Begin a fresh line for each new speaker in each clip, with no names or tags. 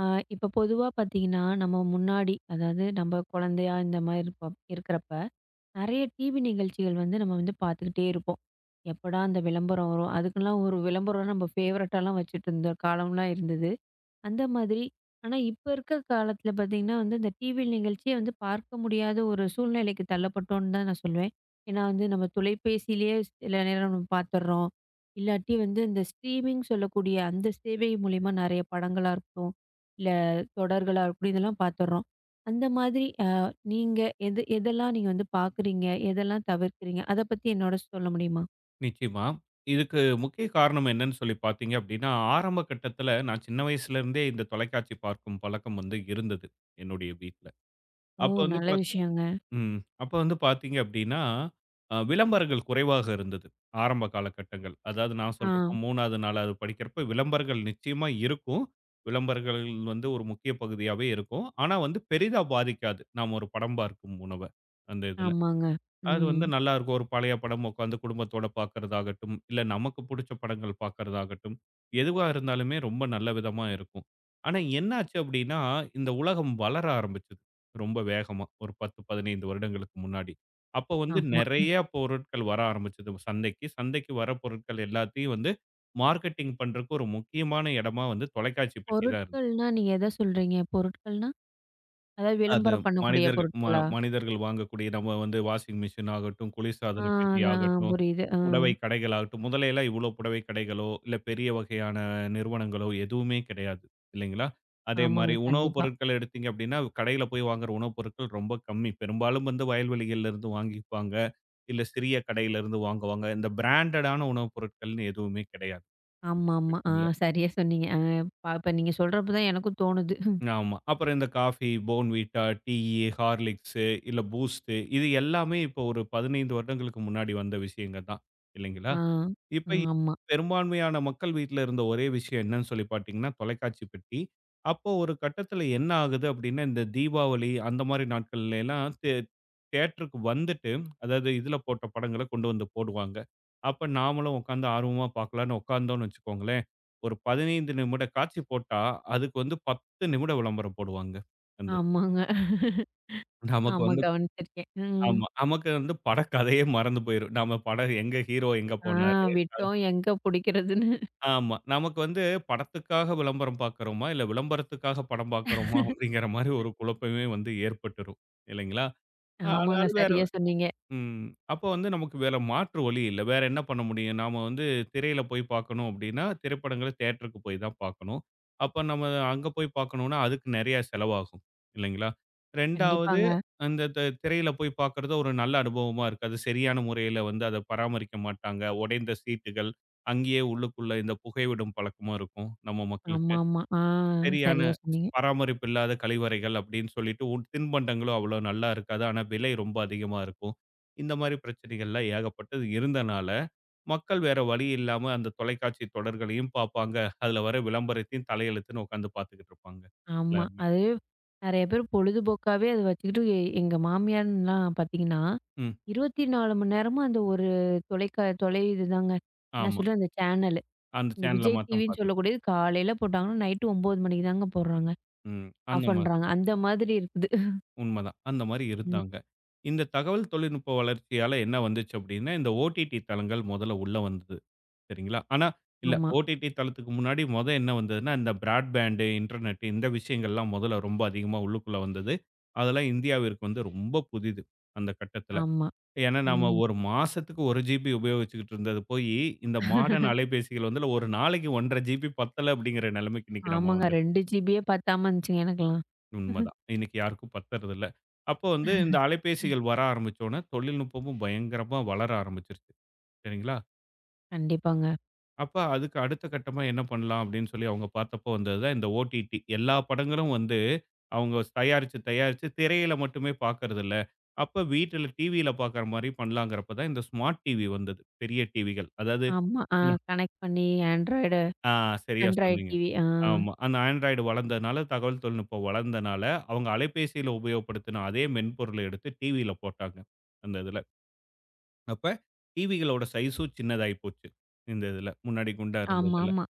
ஆ, இப்ப பொதுவா பார்த்தீங்கன்னா, நம்ம முன்னாடி அதாவது நம்ம குழந்தையா இந்த மாரி இருப்போம் இருக்கிறப்ப, நெறைய டிவி நிகழ்ச்சிகள் வந்து நம்ம வந்து பார்த்துக்கிட்டே இருப்போம். எப்படா அந்த விளம்பரம் வரும்? அதுக்கெல்லாம் ஒரு விளம்பரம் நம்ம ஃபேவரட்டாலாம் வச்சுட்டு இருந்த காலம்லாம் இருந்தது. அந்த மாதிரி. ஆனா, இப்ப இருக்க காலத்துல பார்த்தீங்கன்னா வந்து, இந்த டிவி நிகழ்ச்சியே வந்து பார்க்க முடியாத ஒரு சூழ்நிலைக்கு தள்ளப்பட்டோம்ன்னு தான் நான் சொல்லுவேன். ஏன்னா வந்து நம்ம தொலைபேசியிலேயே சில நேரம் நம்ம பார்த்துடுறோம். இல்லாட்டி வந்து இந்த ஸ்ட்ரீமிங் சொல்லக்கூடிய அந்த சேவை மூலியமா நெறைய படங்களா இருக்கட்டும், இல்ல தொடர்களா இருக்கட்டும், இதெல்லாம் பார்த்துடுறோம். அந்த மாதிரி நீங்க எது எதெல்லாம் நீங்க வந்து பார்க்குறீங்க? எதெல்லாம் தவிர்க்கிறீங்க? அத பத்தி என்னோட சொல்ல முடியுமா?
நிச்சயமா. இதுக்கு முக்கிய காரணம் என்னன்னு சொல்லி பார்த்தீங்க அப்படின்னா, ஆரம்ப கட்டத்தில நான் சின்ன வயசுலேருந்தே இந்த தொலைக்காட்சி பார்க்கும் பழக்கம் வந்து இருந்தது, என்னுடைய வீட்ல.
ஓ!
அப்ப வந்து
நல்ல
பாத்
விஷயங்க.
ம். அப்ப வந்து பார்த்தீங்க அப்படின்னா, விளம்பரங்கள் குறைவாக இருந்தது, ஆரம்ப காலகட்டங்கள். அதாவது நான்
ஆ,
சொல்றப்போ 3வது, 4வது படிக்கிறப்ப விளம்பரங்கள் நிச்சயமா இருக்கும். விளம்பரங்கள் வந்து ஒரு முக்கிய பகுதியாவே இருக்கும். ஆனா வந்து பெரிதா பாதிக்காது, நாம ஒரு படம் பார்க்கும் உணவ, அந்த இதுல.
ஆமாங்க.
அது
ம்.
வந்து நல்லாருக்கும். ஒரு பழைய படம் உட்காந்து குடும்பத்தோட பார்க்கறதாகட்டும், இல்ல நமக்கு புடிச்ச படங்கள் பார்க்கறதாகட்டும், எதுவா இருந்தாலுமே ரொம்ப நல்ல விதமா இருக்கும். ஆனா என்னாச்சு அப்டின்னா, இந்த உலகம் வளர ஆரம்பிச்சது. ரொம்ப வேகமா. ஒரு 10, 15 வருடங்களுக்கு முன்னாடி. அப்போ வந்து
ஆமா.
நெறைய பொருட்கள் வர ஆரம்பிச்சது சந்தைக்கு. சந்தைக்கு வர பொருட்கள் எல்லாத்தையும் வந்து மார்க்கெட்டிங் பண்றதுக்கு ஒரு முக்கியமான இடமா வந்து தொலைக்காட்சி பெட்டி தான் இருந்தது.
பொருட்கள்னா, நீங்க எத சொல்றீங்க? பொருட்கள்னா? அதாவது
அது
விளம்பரம் பண்ணக்கூடிய
மனிதர்கள் ம
பொருட்களா?
மனிதர்கள் வாங்கக்கூடிய நம்ம வந்து வாஷிங் மிஷின் ஆகட்டும்,
ஆ,
குளிர்சாதன பெட்டி
அதான், ஆ,
ஆகட்டும்
புரியுது. ஆ.
புடவை கடைகளாகட்டும், முதலையெல்லாம் இவ்ளோ புடவை கடைகளோ, இல்ல பெரிய வகையான நிறுவனங்களோ எதுவுமே கிடையாது இல்லைங்களா? அதே மாரி
ஆமாங்க.
உணவுப்
கண்டிப்பா.
பொருட்கள் எடுத்தீங்க அப்படின்னா, கடையில போய் வாங்குற உணவுப் பொருட்கள் ரொம்ப கம்மி. பெரும்பாலும் வந்து வயல்வெளிகள்ல இருந்து வாங்கிப்பாங்க, இல்ல சிறிய கடையில இருந்து வாங்குவாங்க. இந்த பிராண்டடான உணவுப் பொருட்கள்னு எதுவுமே கிடையாது.
ஆமாமா. ஆ,
இல்ல.
சரியா சொன்னீங்க. அ ப இப்ப நீங்க சொல்றப்ப தான் எனக்கும் தோணுது.
ஆமா. அப்புறம் இந்த காஃபி, போர்ன்விட்டா, டீயி, ஹார்லிக்ஸு, இல்ல பூஸ்ட்டு இது எல்லாமே இப்போ ஒரு 15 வருடங்களுக்கு முன்னாடி வந்த விஷயங்கள் தான் இல்லைங்களா?
ஆ. ஆ,
இப்ப
ஆமா.
பெரும்பான்மையான மக்கள் வீட்ல இருந்த ஒரே விஷயம் என்னன்னு சொல்லி பார்த்தீங்கன்னா, தொலைக்காட்சி பெட்டி. அப்போ ஒரு கட்டத்தில என்ன ஆகுது அப்டின்னா, இந்த தீபாவளி அந்த மாரி நாட்கள்ல எல்லாம் தியேட்டருக்கு வந்துட்டு, அதாவது இதுல போட்ட படங்கள கொண்டு வந்து போடுவாங்க. அப்ப நாமளும் உட்கார்ந்து ஆர்வமா பார்க்கலான்னு உட்கார்ந்தோம்னு வச்சுக்கோங்களேன், ஒரு 15 நிமிட காட்சி போட்டா, அதுக்கு வந்து 10 நிமிட விளம்பரம் போடுவாங்க. அந்த
ஆமாங்க.
நமக்கு
ஆமா
வந்து
கவனிச்சிருக்கேன். ம்.
ஆமா. நமக்கு வந்து பட கதையே மறந்து போயிரும். நம்ம படம் எங்க ஹீரோ எங்க
ஆ,
போனாரு?
விட்டோம் எங்க புடிக்கிறதுன்னு.
ஆமா. நமக்கு வந்து படத்துக்காக விளம்பரம் பார்க்கிறோமா, இல்ல விளம்பரத்துக்காக படம் பார்க்கிறோமா அப்படிங்கிற மாரி ஒரு குழப்பமே வந்து ஏற்பட்டுரும். இல்லைங்களா?
ஆமாங்க.
ஆனாலும் வேற
சரியா சொன்னீங்க.
ம். அப்போ வந்து நமக்கு வேற மாற்று வழி இல்ல. வேற என்ன பண்ண முடியும்? நாம வந்து திரையில போய் பார்க்கணும் அப்படின்னா, திரைப்படங்கள தியேட்டருக்கு போய் தான் பார்க்கணும். அப்ப நம்ம அங்க போய் பார்க்கணும்னா, அதுக்கு நெறைய செலவாகும். இல்லைங்களா? 2வது
கண்டிப்பாங்க.
அந்த திரையில போய் பார்க்கறது ஒரு நல்ல அனுபவமா இருக்காது. சரியான முறையில வந்து அத பராமரிக்க மாட்டாங்க. உடைந்த சீட்டுகள், அங்கேயே உள்ளுக்குள்ள இந்த புகைவிடும் பழக்கமும் இருக்கும் நம்ம மக்களுக்கு.
ஆமாமா. ஆ,
சரியான
சரியா சொன்னீங்க.
பராமரிப்பு இல்லாத கழிவறைகள் அப்படின்னு சொல்லிட்டு தின்பண்டங்களும் அவ்வளோ நல்லா இருக்காது, ஆனால் விலை ரொம்ப அதிகமாக இருக்கும். இந்த மாதிரி பிரச்சனைகள்லாம் ஏகப்பட்டது இருந்தனால மக்கள் வேற வழி இல்லாமல் அந்த தொலைக்காட்சி தொடர்களையும் பார்ப்பாங்க, அதில் வர விளம்பரத்தையும் தலையெழுத்துன்னு உட்காந்து பார்த்துக்கிட்டு இருப்பாங்க.
ஆமா.
எல்லாருமே
அது நெறைய பேர் பொழுதுபோக்காவே அத வச்சுக்கிட்டு எங்க மாமியார்லாம் பார்த்தீங்கன்னா,
ம்
24 மணி நேரமும் அந்த ஒரு தொலைக்கா தொலை இதுதாங்க. என்ன
ஆமாம்,
சொல்றது, அந்த சேனலு.
அந்த
இந்த
சேனலை
விஜய்
மாத்தம்
டிவின்னு
பார்த்துட்டு
சொல்லக்கூடியது காலையில போட்டாங்கன்னா, நைட்டு 9 மணிக்கு தாங்க போடுறாங்க.
ம் அந்த
ஆஃப்
மாதிரி
பண்றாங்க. அந்த மாதிரி இருக்குது.
உண்மதான். அந்த மாரி
ம்.
இருந்தாங்க. இந்த தகவல் தொழில்நுட்ப வளர்ச்சியால என்ன வந்துச்சு அப்படின்னா, இந்த ஓடிடி தளங்கள் முதல்ல உள்ள வந்தது. சரிங்களா? இல்ல,
ஆமா,
ஓடிடி தளத்துக்கு முன்னாடி மொத என்ன வந்ததுன்னா, இந்த பிராட்பேண்ட், இன்டர்நெட் இந்த விஷயங்கள்லாம் முதல்ல ரொம்ப அதிகமா உள்ளுக்குள்ள வந்தது. அதெல்லாம் இந்தியாவிற்கு வந்து ரொம்ப புதிது அந்த கட்டத்துல.
ஆமா.
ஏன்னா நாம
ம்.
ஒரு மாசத்துக்கு 1 ஜிபி உபயோகிச்சுக்கிட்டு இருந்தது போயி, இந்த மாடர்ன் அலைபேசிகள் வந்து ஒரு நாளைக்கு 1 1/2 ஜிபி பத்தல அப்படிங்கிற நிலைமைக்கு இன்னைக்கு நம்ம
ஆமாங்க.
வந்து
2 ஜிபியே பத்தாம இருந்துச்சுங்க எனக்கெல்லாம்.
உண்மதான். இன்னைக்கு யாருக்கும் பத்தறதில்ல. அப்போ வந்து இந்த அலைபேசிகள் வர ஆரம்பிச்சோனே, தொழில்நுட்பமும் பயங்கரமா வளர ஆரம்பிச்சுருச்சு. சரிங்களா?
கண்டிப்பாங்க.
அப்ப அதுக்கு அடுத்த கட்டமா என்ன பண்ணலாம் அப்படின்னு சொல்லி அவங்க பார்த்தப்போ வந்தது தான் இந்த ஓடிடி. எல்லா படங்களும் வந்து அவங்க தயாரிச்சு, திரையில மட்டுமே பார்க்கறதில்ல. அப்ப வீட்டுல டிவியில பார்க்குற மாரி பண்ணலாங்கிறப்ப தான் இந்த ஸ்மார்ட் டிவி வந்தது. பெரிய டிவிகள். அதாவது
ஆமா. ஆ, கனெக்ட் பண்ணி ஆண்ட்ராய்டு,
ஆ, சரியா
ஆண்ட்ராய்டு
சொன்னீங்க.
டிவி. ஆ.
ஆமா. அந்த ஆண்ட்ராய்டு வளர்ந்ததுனால, தகவல் தொழில்நுட்பம் வளர்ந்தனால, அவங்க அலைபேசியில உபயோகப்படுத்தின அதே மென்பொருள எடுத்து டிவியில போட்டாங்க. அந்த இதுல. அப்ப டிவிகளோட சைஸும் சின்னதாயி போச்சு. இந்த இதுல. முன்னாடி குண்டா இருந்ததுல.
ஆமாமா.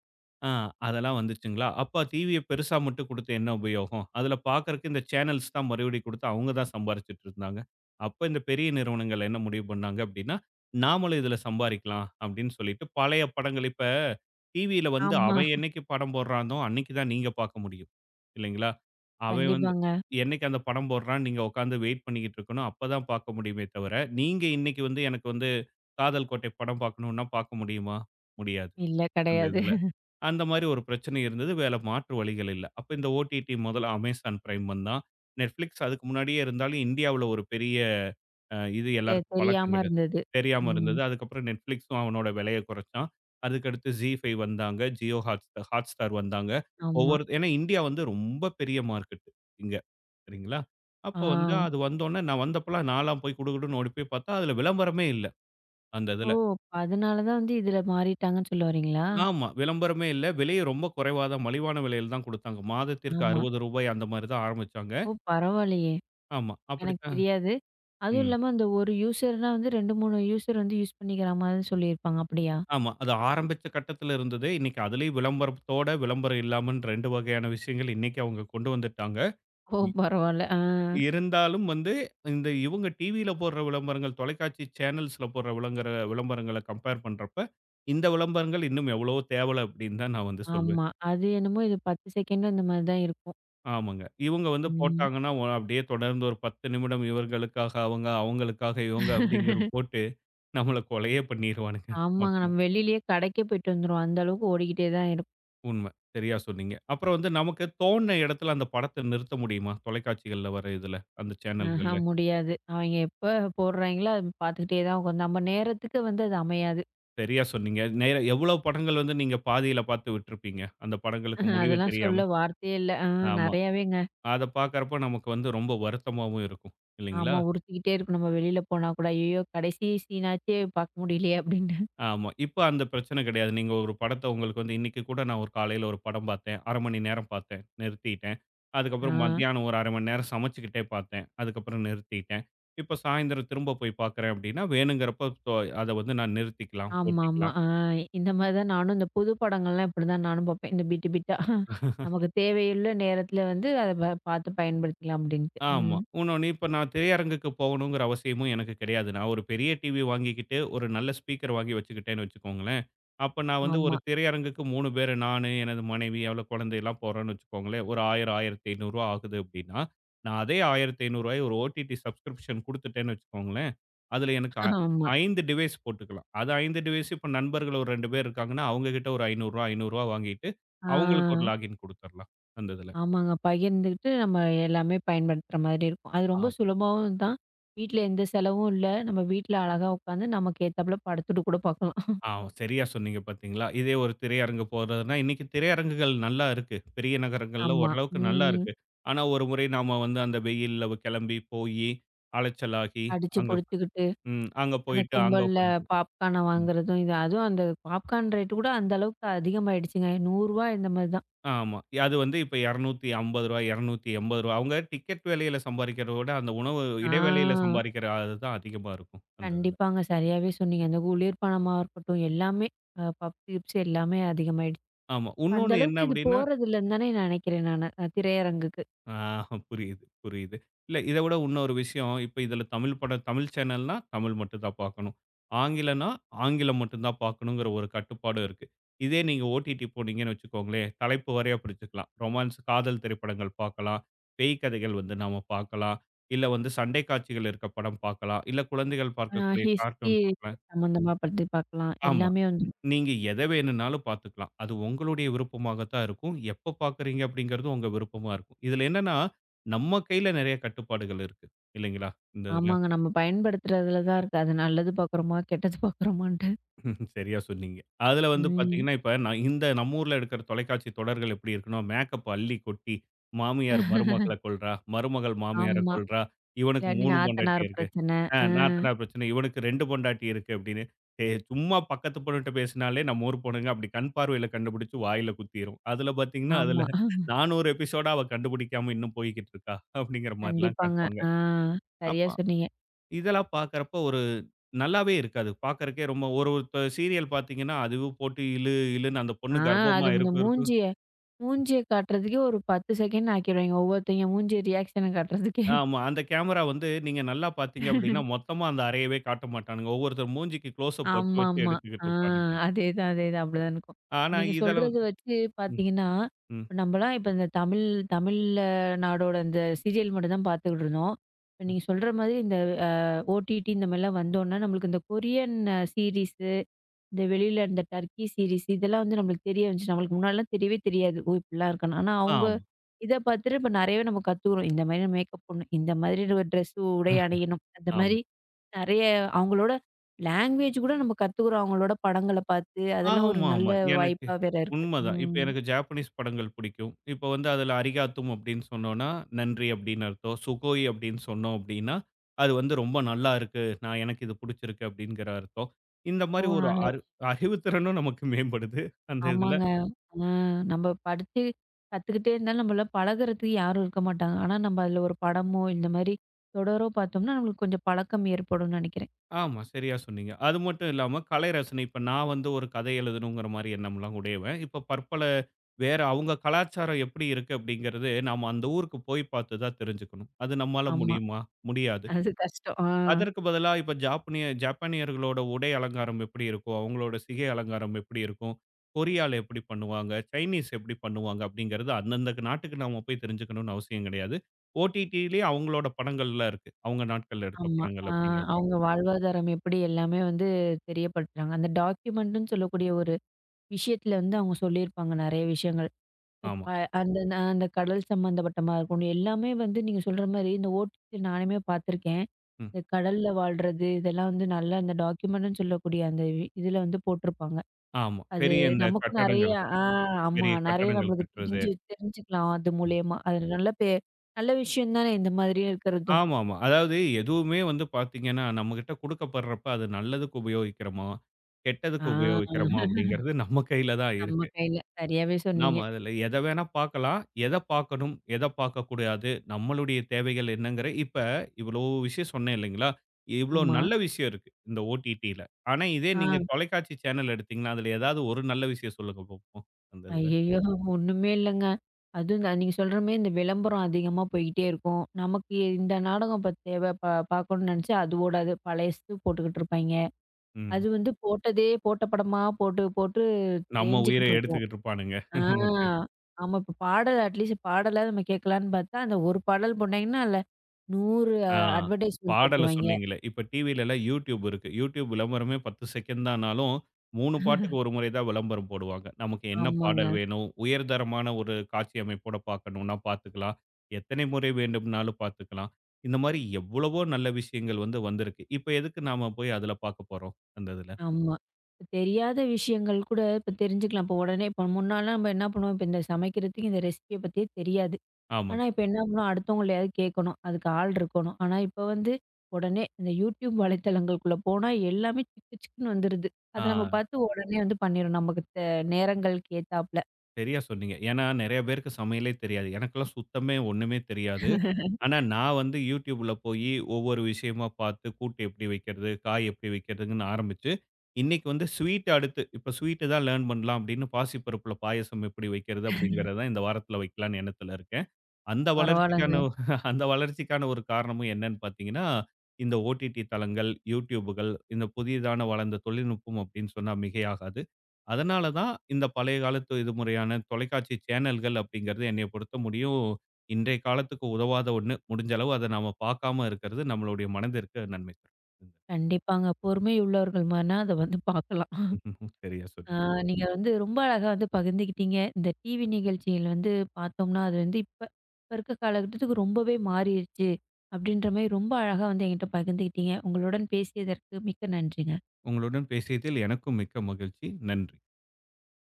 ஆ, அதெல்லாம் வந்துருச்சுங்களா? அப்ப டிவிய பெருசா மட்டும் குடுத்து என்ன உபயோகம்? அதுல பாக்கறக்கு இந்த சேனல்ஸ் தான் மறுபடியும் குடுத்து அவங்க தான் சம்பாரிச்சுட்டு இருந்தாங்க. அப்ப இந்த பெரிய நிறுவனங்கள் என்ன முடிவு பண்ணாங்க அப்டின்னா, நாமளும் இதுல சம்பாரிக்கலாம் அப்டின்னு சொல்லிட்டு பழைய படங்கள் இப்ப டிவியில வந்து
ஆமா. ஆமா,
அவன் என்னைக்கு படம் போடுறானோ, அன்னைக்கு தான் நீங்க பாக்க முடியும். இல்லைங்களா? அவன் வந்து
கண்டிப்பாங்க.
என்னைக்கு அந்த படம் போடுறான்னு நீங்க உட்கார்ந்து வெயிட் பண்ணிக்கிட்டு இருக்கணும். அப்ப தான் பாக்க முடியுமே தவிர, நீங்க இன்னைக்கு வந்து எனக்கு வந்து காதல் கோட்டை படம் பாக்கணும்னா பாக்க முடியுமா? முடியாது.
இல்ல,
அந்த
கிடையாது.
இதுல. அந்த மாரி ஒரு பிரச்சனை இருந்தது. வேற மாற்று வழிகள் இல்ல. அப்ப இந்த ஓடிடி முதல்ல Amazon Prime வந்தான். Netflix அதுக்கு முன்னாடியே இருந்தாலும் இந்தியாவுல ஒரு பெரிய இது
தெ
எல்லாருக்கும் பழக்கம்
தெரியாம
கிடையாது.
இருந்தது.
தெரியாம
ம்.
இருந்தது. அதுக்கப்புறம் Netflixம் அவனோட விலைய குறைச்சான். அதுக்கடுத்து Zee5 வந்தாங்க. Jio Hotstar வந்தாங்க.
ஆமா.
ஒவ்வொரு ஏன்னா இந்தியா வந்து ரொம்ப பெரிய மார்க்கெட் இங்க. சரிங்களா? அப்ப வந்து
ஆ.
அது வந்தோனே நான் வந்தப்பலாம் நான்லாம் போய் குடுகுடுன்னு ஓடி போய் பார்த்தா, அதுல விளம்பரமே இல்ல. அந்த
ஓ!
இதுல.
அதனால தான் வந்து இதுல மாறிட்டாங்கன்னு சொல்ல வரீங்களா?
ஆமா. விளம்பரமே இல்ல. விலையும் ரொம்ப குறைவா தான் மலிவான விலையில தான் குடுத்தாங்க. மாதத்திற்கு ரூ.
ஆமா.
60 அந்த மாரி தான் ஆரம்பிச்சாங்க.
ஓ! பரவாயில்லயே!
ஆமா.
எனக்கு
அப்படித்தான்
தெரியாது. அதுவும்
ம்.
இல்லாம அந்த ஒரு யூசர்னா வந்து 2, 3 யூசர் வந்து யூஸ் பண்ணிக்கிற மாரி சொல்லியிருப்பாங்க. அப்படியா?
ஆமா. அது ஆரம்பிச்ச கட்டத்துல இருந்தது. இன்னைக்கு அதுலயும் விளம்பரத்தோட, விளம்பரம் இல்லாமன்னு 2 வகையான விஷயங்கள் இன்னைக்கு அவங்க கொண்டு வந்துட்டாங்க.
ஓ!
இ
பரவால்ல. ஆ.
இருந்தாலும் வந்து இந்த இவங்க டிவியில போடுற விளம்பரங்கள், தொலைக்காட்சி சேனல்ஸ்ல போடுற விளம்பரங்கள கம்பேர் பண்றப்ப, இந்த விளம்பரங்கள் இன்னும் எவ்வளவோ தேவல அப்படின்னு தான் நான் வந்து சொல்வேன்.
ஆமா. அது என்னமோ இது 10 செகண்ட் அந்த மாரி தான் இருக்கும்.
ஆமாங்க. இவங்க வந்து
ம்.
போட்டாங்கன்னா, அப்படியே தொடர்ந்து ஒரு 10 நிமிடம் இவர்களுக்காக அவங்க, அவங்களுக்காக இவங்க அப்படிங்கிற போட்டு, நம்மள கொலையே பண்ணிருவானுங்க
ஆமாங்க.
மொத்தமா.
நம்ம வெளியிலயே கடைக்கே போயிட்டு வந்துருவோம். அந்த அளவுக்கு ஓடிக்கிட்டே தான் இருக்கும்.
உண்ம. சரியா சொன்னீங்க. அப்புறம் வந்து நமக்கு தோணுன இடத்துல அந்த படத்த நிறுத்த முடியுமா? தொலைக்காட்சிகள்ல வர இதுல, அந்த
ஆஹா,
சேனல்கள்ல.
முடியாது. அவங்க எப்ப போடுறாய்ங்களோ, அத பார்த்துக்கிட்டே தான் உட்காந்து, நம்ம நேரத்துக்கு வந்து அது அமையாது.
சரியா சொன்னீங்க. நேர எவ்வளோ படங்கள் வந்து நீங்க பாதியில பார்த்து விட்டுருப்பீங்க. அந்த படங்களுக்கு
அஹ,
முடிவு
அதெல்லாம்
தெரியாம.
சொல்ல வார்த்தையே இல்ல. ஆ,
ஆமா.
நெறையாவேங்க.
அத பார்க்கறப்ப நமக்கு வந்து ரொம்ப வருத்தமாவும் இருக்கும். இல்லைங்களா?
ஆமா, உறுத்திக்கிட்டே இருக்கும் நம்ம வெளியில போனா கூட. ஐயயோ! கடைசி சீனாச்சே பார்க்க முடியலையே அப்படின்னு.
ஆமா. இப்ப அந்த பிரச்சனை கிடையாது. நீங்க ஒரு படத்த உங்களுக்கு வந்து இன்னைக்கு கூட நான் ஒரு காலையில ஒரு படம் பார்த்தேன். 1/2 மணி நேரம் பார்த்தேன். நிறுத்திட்டேன்.
ஆ.
அதுக்கப்புறம் மத்தியானம் ஒரு 1/2 மணி நேரம் சமைச்சுக்கிட்டே பார்த்தேன். அதுக்கப்புறம் நிறுத்திட்டேன். இப்ப சாயந்தரம் திரும்ப போய் பார்க்குறேன் அப்படின்னா, வேணுங்கிறப்ப அத வந்து நான் நிறுத்திக்கலாம்,
ஆமாமா.
போட்டுக்கலாம்.
ஆ, இந்த மாரி தான் நானும் இந்த புது படங்கள்லாம் இப்படிதான் நானும் பார்ப்பேன். இந்த பிட்டு பிட்டா. நமக்கு தேவையுள்ள நேரத்துல வந்து அத பார்த்து பயன்படுத்திக்கலாம் அப்படின்ட்டு.
ஆமா.
ம்.
உன்னொன்னு இப்ப நான் திரையரங்குக்கு போகணுங்கிற அவசியமும் எனக்கு கிடையாது. நான் ஒரு பெரிய டிவி வாங்கிக்கிட்டு, ஒரு நல்ல ஸ்பீக்கர் வாங்கி வச்சுக்கிட்டேன்னு வச்சுக்கோங்களேன். அப்ப நான் வந்து ஒரு
ஆமா.
திரையரங்குக்கு 3 பேரு நானு, எனது மனைவி, அவள குழந்தைலாம் போறோம்ன்னு வச்சுக்கோங்களேன். ஒரு 1000, ரூ. 1500 ஆகுது அப்படின்னா, நான் அதே ரூ. 1500 ஒரு ஓடிடி சப்ஸ்கிரிப்ஷன் குடுத்துட்டேன்னு வச்சுக்கோங்களேன். அதுல எனக்கு
ஆமா.
5 டிவைஸ் போட்டுக்கலாம். அது 5 டிவைஸ் இப்ப நண்பர்கள் ஒரு 2 பேர் இருக்காங்கன்னா, அவங்க கிட்ட ஒரு ரூ. 500, ரூ. 500 வாங்கிட்டு, அவங்களுக்கு ஒரு
ஆ.
லாகின் குடுத்துறலாம். அந்த இதுல.
ஆமாங்க. பகிர்ந்துகிட்டு நம்ம எல்லாமே பயன்படுத்துற மாதிரி இருக்கும். அது ரொம்ப சுலபமும் தான். வீட்ல எந்த செலவும் இல்ல. நம்ம வீட்ல அழகா உட்காந்து நமக்கு ஏத்தாப்புல படத்துட்டு கூட பார்க்கலாம்.
ஆ, சரியா சொன்னீங்க பார்த்தீங்களா? இதே ஒரு திரையரங்கு போறதுன்னா, இன்னைக்கு திரையரங்குகள் நல்லா இருக்கு. பெரிய நகரங்கள்ல
ஆமா.
ஓரளவுக்கு நல்லா
ம்.
இருக்கு. ஆனா, ஒரு முறை நாம வந்து அந்த வெயில்ல கிளம்பி போயி, அலைச்சலாகி,
அடிச்சு
அங்க
பொடிச்சுக்கிட்டு,
அங்க
அந்த
போயிட்டு அங்க
கும்பல்ல
உட்காந்து
பாப்கார்ன வாங்குறதும், இது அதுவும் அந்த பாப்கார்ன் ரேட்டு கூட அந்த அளவுக்கு அதிகமாயிடுச்சுங்க. ரூ. 100 இந்த மாரி தான்.
ஆமா. அது வந்து இப்ப ரூ. 250 ரூ. 280 அவங்க டிக்கெட் விலையில சம்பாரிக்கிறத விட, அந்த உணவு
ஆ.
இடைவேளையில சம்பாரிக்கிற அதுதான் அதிகமா இருக்கும். அந்த இதுல.
கண்டிப்பாங்க. சரியாவே சொன்னீங்க. அந்த குளிர்பானமா இருக்கட்டும், எல்லாமே. பப்ஸ், கிப்ஸ் எல்லாமே அதிகமாயிடுச்சு.
ஆமா.
அந்த
இன்னொன்னு என்ன
அளவுக்கு இது
அப்படின்னா
போறதில்லன்னு தானே நெனைக்கிறேன் நானு. திரையரங்குக்கு.
ஆ புரியுது, புரியுது. இல்ல இத விட இன்னொரு விஷயம், இப்ப இதுல தமிழ் படம் தமிழ் சேனல்னா தமிழ் மட்டும் தான் பார்க்கணும். ஆங்கிலம்னா ஆங்கிலம் மட்டும் தான் பார்க்கணுங்கிற ஒரு கட்டுப்பாடும் இருக்கு. இதே நீங்க ஓடிடி போனீங்கன்னு வச்சுக்கோங்களேன், தலைப்பு வாரியா பிரிச்சுக்கலாம். ரொமான்ஸ், காதல் திரைப்படங்கள் பார்க்கலாம். பேய் கதைகள் வந்து நாம பார்க்கலாம். இல்ல வந்து சண்டை காட்சிகள் இருக்க படம் பார்க்கலாம். இல்ல குழந்தைகள்
அ
பார்க்கக்கூடிய
ஹிஸ்ட்ரி
கார்ட்டூன் பார்க்கலாம்.
சம்மந்தமா பத்தி பார்க்கலாம்.
ஆமா.
எல்லாமே வந்து
நீங்க எத வேணும்னாலும் பார்த்துக்கலாம். அது உங்களுடைய விருப்பமாக தான் இருக்கும். எப்ப பார்க்குறீங்க அப்படிங்கிறதும் உங்க விருப்பமா இருக்கும். இதுல என்னன்னா, நம்ம கையில நெறைய கட்டுப்பாடுகள் இருக்கு. இல்லைங்களா? இந்த இதுல.
ஆமாங்க. நம்ம பயன்படுத்துறதுல தான் இருக்கு. அது நல்லது பார்க்குறோமா, கெட்டது பார்க்குறோமான்ட்டு.
ம்ஹ்ம். சரியா சொன்னீங்க. அதுல வந்து
ம்.
பாத்தீங்கன்னா, இப்ப நான் இந்த நம்ம ஊர்ல எடுக்கிற தொலைக்காட்சி தொடர்கள் எப்படி இருக்குன்னா, மேக்கப் அள்ளி கொட்டி, மாமியார் மருமகள கொல்றா, மருமகள் மாமியார
ஆமா.
கொல்றா, இவனுக்கு
இல்லாட்டி
3 பொண்டாட்டி
நாத்தனார்
இருக்கு.
பிரச்சனை. ஆ,
நாத்தனார் பிரச்சனை, இவனுக்கு 2 பொண்டாட்டி இருக்கு அப்படின்னு. ஏ சும்மா பக்கத்து பொண்ணுட்ட பேசினாலே நம்ம ஊர் பொண்ணுங்க அப்படி கண் பார்வையில கண்டுபிடிச்சு வாயில குத்திரும். அதுல பாத்தீங்கன்னா, அதுல
ஆமா.
400 எபிசோடா அவ கண்டுபிடிக்காம இன்னும் போய்க்கிட்டு இருக்கா அப்படிங்கிற மாரிலாம்
கண்டிப்பாங்க.
காட்டுவாங்க.
ஆ,
அப்ப
சரியா சொன்னீங்க.
இதெல்லாம் பார்க்கறப்ப ஒரு நல்லாவே இருக்காது. பார்க்கறக்கே ரொம்ப ஒரு ஒருத்த சீரியல் பார்த்தீங்கன்னா, அதுவும் போட்டு இழு இழுன்னு அந்த
ஆ,
பொண்ணு கர்ப்பமா
அது இந்த
இருக்கும் இருக்கும்.
மூஞ்சிய மூஞ்சிய காட்டுறதுக்கே ஒரு 10 செகண்ட் ஆக்கிருவாய்ங்க. ஒவ்வொருத்தங்க மூஞ்சி ரியாக்ஷன காட்டுறதுக்கே.
ஆமா. அந்த கேமரா வந்து நீங்க நல்லா பார்த்தீங்க அப்படின்னா, மொத்தமா அந்த அறையவே காட்ட மாட்டானுங்க. ஒவ்வொருத்தர் மூஞ்சிக்கு க்ளோஸ்அப் வச்சு வச்சு
ஆமாமா. ஆ,
எடுத்துக்கிட்டு இருப்பானுங்க.
அதேதான், அதேதான். அப்படிதான் இருக்கும்.
ஆனா
நீங்க
இதெல்லாம்
சொல்றது
வந்து
வச்சு
ம்,
பார்த்தீங்கன்னா,
ம்,
இப்ப நம்பலாம், இப்ப இந்த தமிழ்ல நாடோட இந்த சீரியல் மட்டும் தான் பார்த்துக்கிட்டு இருந்தோம். இப்ப
ம்.
நீங்க சொல்ற மாதிரி இந்த ஓடிடி இந்த மாரிலாம் வந்தோனே, நம்மளுக்கு இந்த கொரியன் சீரிஸு, இந்த வெளியில இந்த டர்க்கி சீரிஸ் இதெல்லாம் வந்து நம்மளுக்கு தெரிய வந்துச்சு. நம்மளுக்கு முன்னாடிலாம் தெரியவே தெரியாது. ஓ! இப்படிலாம் இருக்கான்னு. ஆனா அவங்க
ஆமா.
இத பார்த்துட்டு இப்ப நெறையவே நம்ம கத்துக்குறோம். இந்த மாதிரி மேக்கப் போடணும். இந்த மாதிரி ஒரு ட்ரெஸ், உடை அணியணும். அந்த
ஆமா.
மாதிரி நெறைய அவங்களோட லாங்குவேஜ் கூட நம்ம கத்துக்குறோம். அவங்களோட படங்கள பார்த்து. அதெல்லாம் ஒரு நல்ல
ஆமாமா. எனக்கு
வாய்ப்பா வேற இருக்கு.
உண்மதான். இப்ப
ம்.
எனக்கு ஜாப்பனீஸ் படங்கள் பிடிக்கும். இப்ப வந்து அதுல "அரிகாத்தும்" அப்படின்னு சொன்னோம்னா, நன்றி அப்படின்னு அர்த்தம். "சுகோய்" அப்படின்னு சொன்னோம் அப்படின்னா, அது வந்து ரொம்ப நல்லா இருக்கு. நான் எனக்கு இது பிடிச்சிருக்கு அப்படிங்கிற அர்த்தம். இந்த
ஓ!
மாரி ஒரு
நல்லது.
அறிவுத்திறனும் நமக்கு மேம்படுது அந்த இதுல.
ஆமாங்க. ஆ, நம்ம படிச்சு கத்துக்கிட்டே இருந்தாலும் நம்மள பழகுறதுக்கு யாரும் இருக்க மாட்டாங்க. ஆனா நம்ம அதுல ஒரு படமோ, இந்த மாதிரி தொடரோ பார்த்தோம்னா, நம்மளுக்கு கொஞ்சம் பழக்கம் ஏற்படும்னு நெனைக்கிறேன்.
ஆமா, சரியா சொன்னீங்க. அது மட்டும் இல்லாம கலை ரசனை இப்ப நான் வந்து ஒரு கதை எழுதணுங்கிற மாரி எண்ணம்லாம் உடையவன். இப்ப பற்பல வேற அவங்க கலாச்சாரம் எப்படி இருக்கு அப்படிங்கிறது, நாம அந்த ஊருக்கு போய் பார்த்து தான் தெரிஞ்சுக்கணும். அது நம்மால
ஆமா.
முடியுமா? முடியாது.
அது கஷ்டம். ஆ.
அதற்கு பதிலா இப்ப ஜப்பானியர்களோட உடை அலங்காரம் எப்படி இருக்கும்? அவங்களோட சிகை அலங்காரம் எப்படி இருக்கும்? கொரியால எப்படி பண்ணுவாங்க? சைனீஸ் எப்படி பண்ணுவாங்க? அப்படிங்கிறது அந்தந்த நாட்டுக்கு நாம போய் தெரிஞ்சுக்கணும்னு அவசியம் கிடையாது. ஓடிடிலயே அவங்களோட படங்கள்லாம் இருக்கு. அவங்க நாட்கள்ல எடுத்த
ஆமா.
படங்கள்
ஆ,
அப்படிங்கிறப்ப.
அவங்க வாழ்வாதாரம் எப்படி எல்லாமே வந்து தெரியப்படுத்துறாங்க. அந்த டாக்குமெண்ட்டுன்னு சொல்லக்கூடிய ஒரு விஷயத்துல வந்து அவங்க சொல்லியிருப்பாங்க நெறைய விஷயங்கள்.
ஆமா.
இப்ப அந்த அந்த கடல் சம்மந்தப்பட்டமா இருக்கணும். எல்லாமே வந்து நீங்க சொல்ற மாரி இந்த ஓடிடி நானுமே பார்த்துருக்கேன்.
ம்.
இந்த கடல்ல வாழ்றது இதெல்லாம் வந்து நல்லா இந்த டாக்குமெண்ட்டுன்னு சொல்லக்கூடிய இதுல வந்து போட்டிருப்பாங்க.
ஆமா.
அது நமக்கும் நெறைய ஆ, ஆமா.
பெரிய
நெறைய
கட்டடங்கள்
நம்மளுக்கு
கட்டுறது.
தெரிஞ்சு தெரிஞ்சுக்கலாம் அது
ம்.
மூலியமா. அது நல்ல பே நல்ல விஷயம் தானே இந்த மாதிரி இருக்கிறதும்.
ஆமாமா. அதாவது எதுவுமே வந்து பார்த்தீங்கன்னா, நம்மகிட்ட குடுக்கப்படுறப்ப அது நல்லதுக்கு உபயோகிக்கிறோமா?
ஆ.
கெட்டதுக்கு உபயோகிக்கிறோமா? அப்படிங்கிறது நம்ம கையில தான்
நம்ம
இருக்கு.
கையில. சரியாவே சொன்னீங்க.
நாம அதுல எத வேணா பார்க்கலாம். எத பார்க்கணும், எத பார்க்கக்கூடாது, நம்மளுடைய தேவைகள் என்னங்கிற இப்ப இவ்வளோ விஷயம் சொன்னேன் இல்லைங்களா? இவ்வளோ
ஆமா.
நல்ல விஷயம் இருக்கு, இந்த OTTல. ஆனா, இதே
ஆ.
நீங்க தொலைக்காட்சி சேனல் எடுத்தீங்கன்னா, அதுல ஏதாவது ஒரு நல்ல விஷயம் சொல்லுங்க பார்ப்போம், அந்த இதுல.
ஐயய்யோ! ஒண்ணுமே இல்லங்க. அதுவும் இந்த நீங்க சொல்ற மாரி இந்த விளம்பரம் அதிகமா போய்க்கிட்டே இருக்கும். நமக்கு இந்த நாடகம் இப்ப தேவை பார்க்கணும்னு நெனச்சா, அது ஓடாது. பழையசு போட்டுக்கிட்டு இருப்பாய்ங்க.
ம்.
அது வந்து போட்டதே போட்ட படமா போட்டு, போட்டு
நம்ம உயிர
தேஞ்சுக்கிட்டு இருக்கும்.
எடுத்துக்கிட்டு இருப்பானுங்க, நமக்கு.
ஆ. ஆமா. இப்ப பாடல், அட்லீஸ்ட் பாடலாவது நம்ம கேட்கலான்னு பார்த்தா, அந்த ஒரு பாடல் போட்டாங்கன்னா, அதுல 100
ஆ.
அட்வர்டைஸ்மென்ட்
பாடல
போட்டுருவாய்ங்க.
சொன்னீங்களே. இப்ப டிவிலலாம் YouTube இருக்கு. YouTube விளம்பரமே 10 செகண்ட் தான்னாலும், 3 பாட்டுக்கு ஒரு முறை தான் விளம்பரம் போடுவாங்க. நமக்கு என்ன பாடல்
ஆமாங்க.
வேணும்? உயர்தரமான ஒரு காட்சி அமைப்போட பார்க்கணும்னா பார்த்துக்கலாம். எத்தனை முறை வேண்டும்னாலும் பார்த்துக்கலாம். இந்த மாரி எவ்வளவோ நல்ல விஷயங்கள் வந்து வந்திருக்கு. இப்ப எதுக்கு நாம போய் அதுல பார்க்க போறோம்? அந்த இதுல.
ஆமா. இப்ப தெரியாத விஷயங்கள் கூட இப்ப தெரிஞ்சுக்கலாம். இப்ப உடனே இப்ப முன்னாலாம் நம்ம என்ன பண்ணுவோம், இப்ப இந்த சமைக்கிறதுக்கு இந்த ரெசிபிய பத்தியே தெரியாது. ஆனா
ஆமாங்க.
இப்ப என்ன பண்ணுவோம், அடுத்தவங்களையாவது கேட்கணும். அதுக்கு ஆள் இருக்கணும். ஆனா இப்ப வந்து உடனே இந்த YouTube வலைத்தளங்களுக்குள்ள போனா எல்லாமே சிக்கு சிக்குன்னு வந்துருது.
ஆ
அத நம்ம பார்த்து உடனே வந்து பண்ணிரும். நமக்கு நேரங்களுக்கு ஏத்தாப்புல.
சரியா சொன்னீங்க. ஏன்னா நெறைய பேருக்கு சமையலே தெரியாது. எனக்கெல்லாம் சுத்தமே ஒண்ணுமே தெரியாது. ஆனா, நான் வந்து YouTubeல போயி ஒவ்வொரு விஷயமா பார்த்து, கூட்டு எப்படி வைக்கிறது? காய் எப்படி வைக்கிறதுன்னு ஆரம்பிச்சு, இன்னைக்கு வந்து ஸ்வீட் அடுத்து இப்ப ஸ்வீட் தான் லேர்ன் பண்ணலாம் அப்படின்னு பாசிப்பருப்புல பாயாசம் எப்படி வைக்கிறது? அப்படிங்கிறத இந்த வாரத்துல வைக்கலாம்னு எண்ணத்துல இருக்கேன். அந்த
பரவாயில்லங்க.
வளர்ச்சிக்கான அந்த வளர்ச்சிக்கான ஒரு காரணமும் என்னன்னு பார்த்தீங்கன்னா, இந்த ஓடிடி தளங்கள், யூடியூபுகள், இந்த புதிதான வளர்ந்த தொழில்நுட்பம் அப்படின்னு சொன்னா மிகையாகாது. அதனால தான் இந்த பழைய காலத்து இது முறையான தொலைக்காட்சி சேனல்கள் அப்படிங்கிறது என்னைய பொறுத்த முடியும் இன்றைய காலத்துக்கு உதவாத ஒண்ணு. முடிஞ்ச அளவு அத நாம பார்க்காம இருக்கிறது நம்மளுடைய மனதிற்கு நன்மை தரும்.
கண்டிப்பாங்க. பொறுமை உள்ளவர்கள் மாரினா அத வந்து பார்க்கலாம்.
ம்ஹும். சரியா
ஆ,
சொன்னீங்க.
நீங்க வந்து ரொம்ப அழகா வந்து பகிர்ந்துக்கிட்டீங்க. இந்த டிவி நிகழ்ச்சிகள் வந்து பார்த்தோம்னா, அது வந்து இப்ப, இப்ப இருக்க காலகட்டத்துக்கு ரொம்பவே மாறிருச்சு. அப்படின்ற மாரி ரொம்ப அழகா வந்து என்கிட்ட பகிர்ந்துக்கிட்டீங்க. உங்களுடன் பேசியதற்கு மிக்க நன்றிங்க.
உங்களுடன் பேசியதில் எனக்கும் மிக்க மகிழ்ச்சி. நன்றி.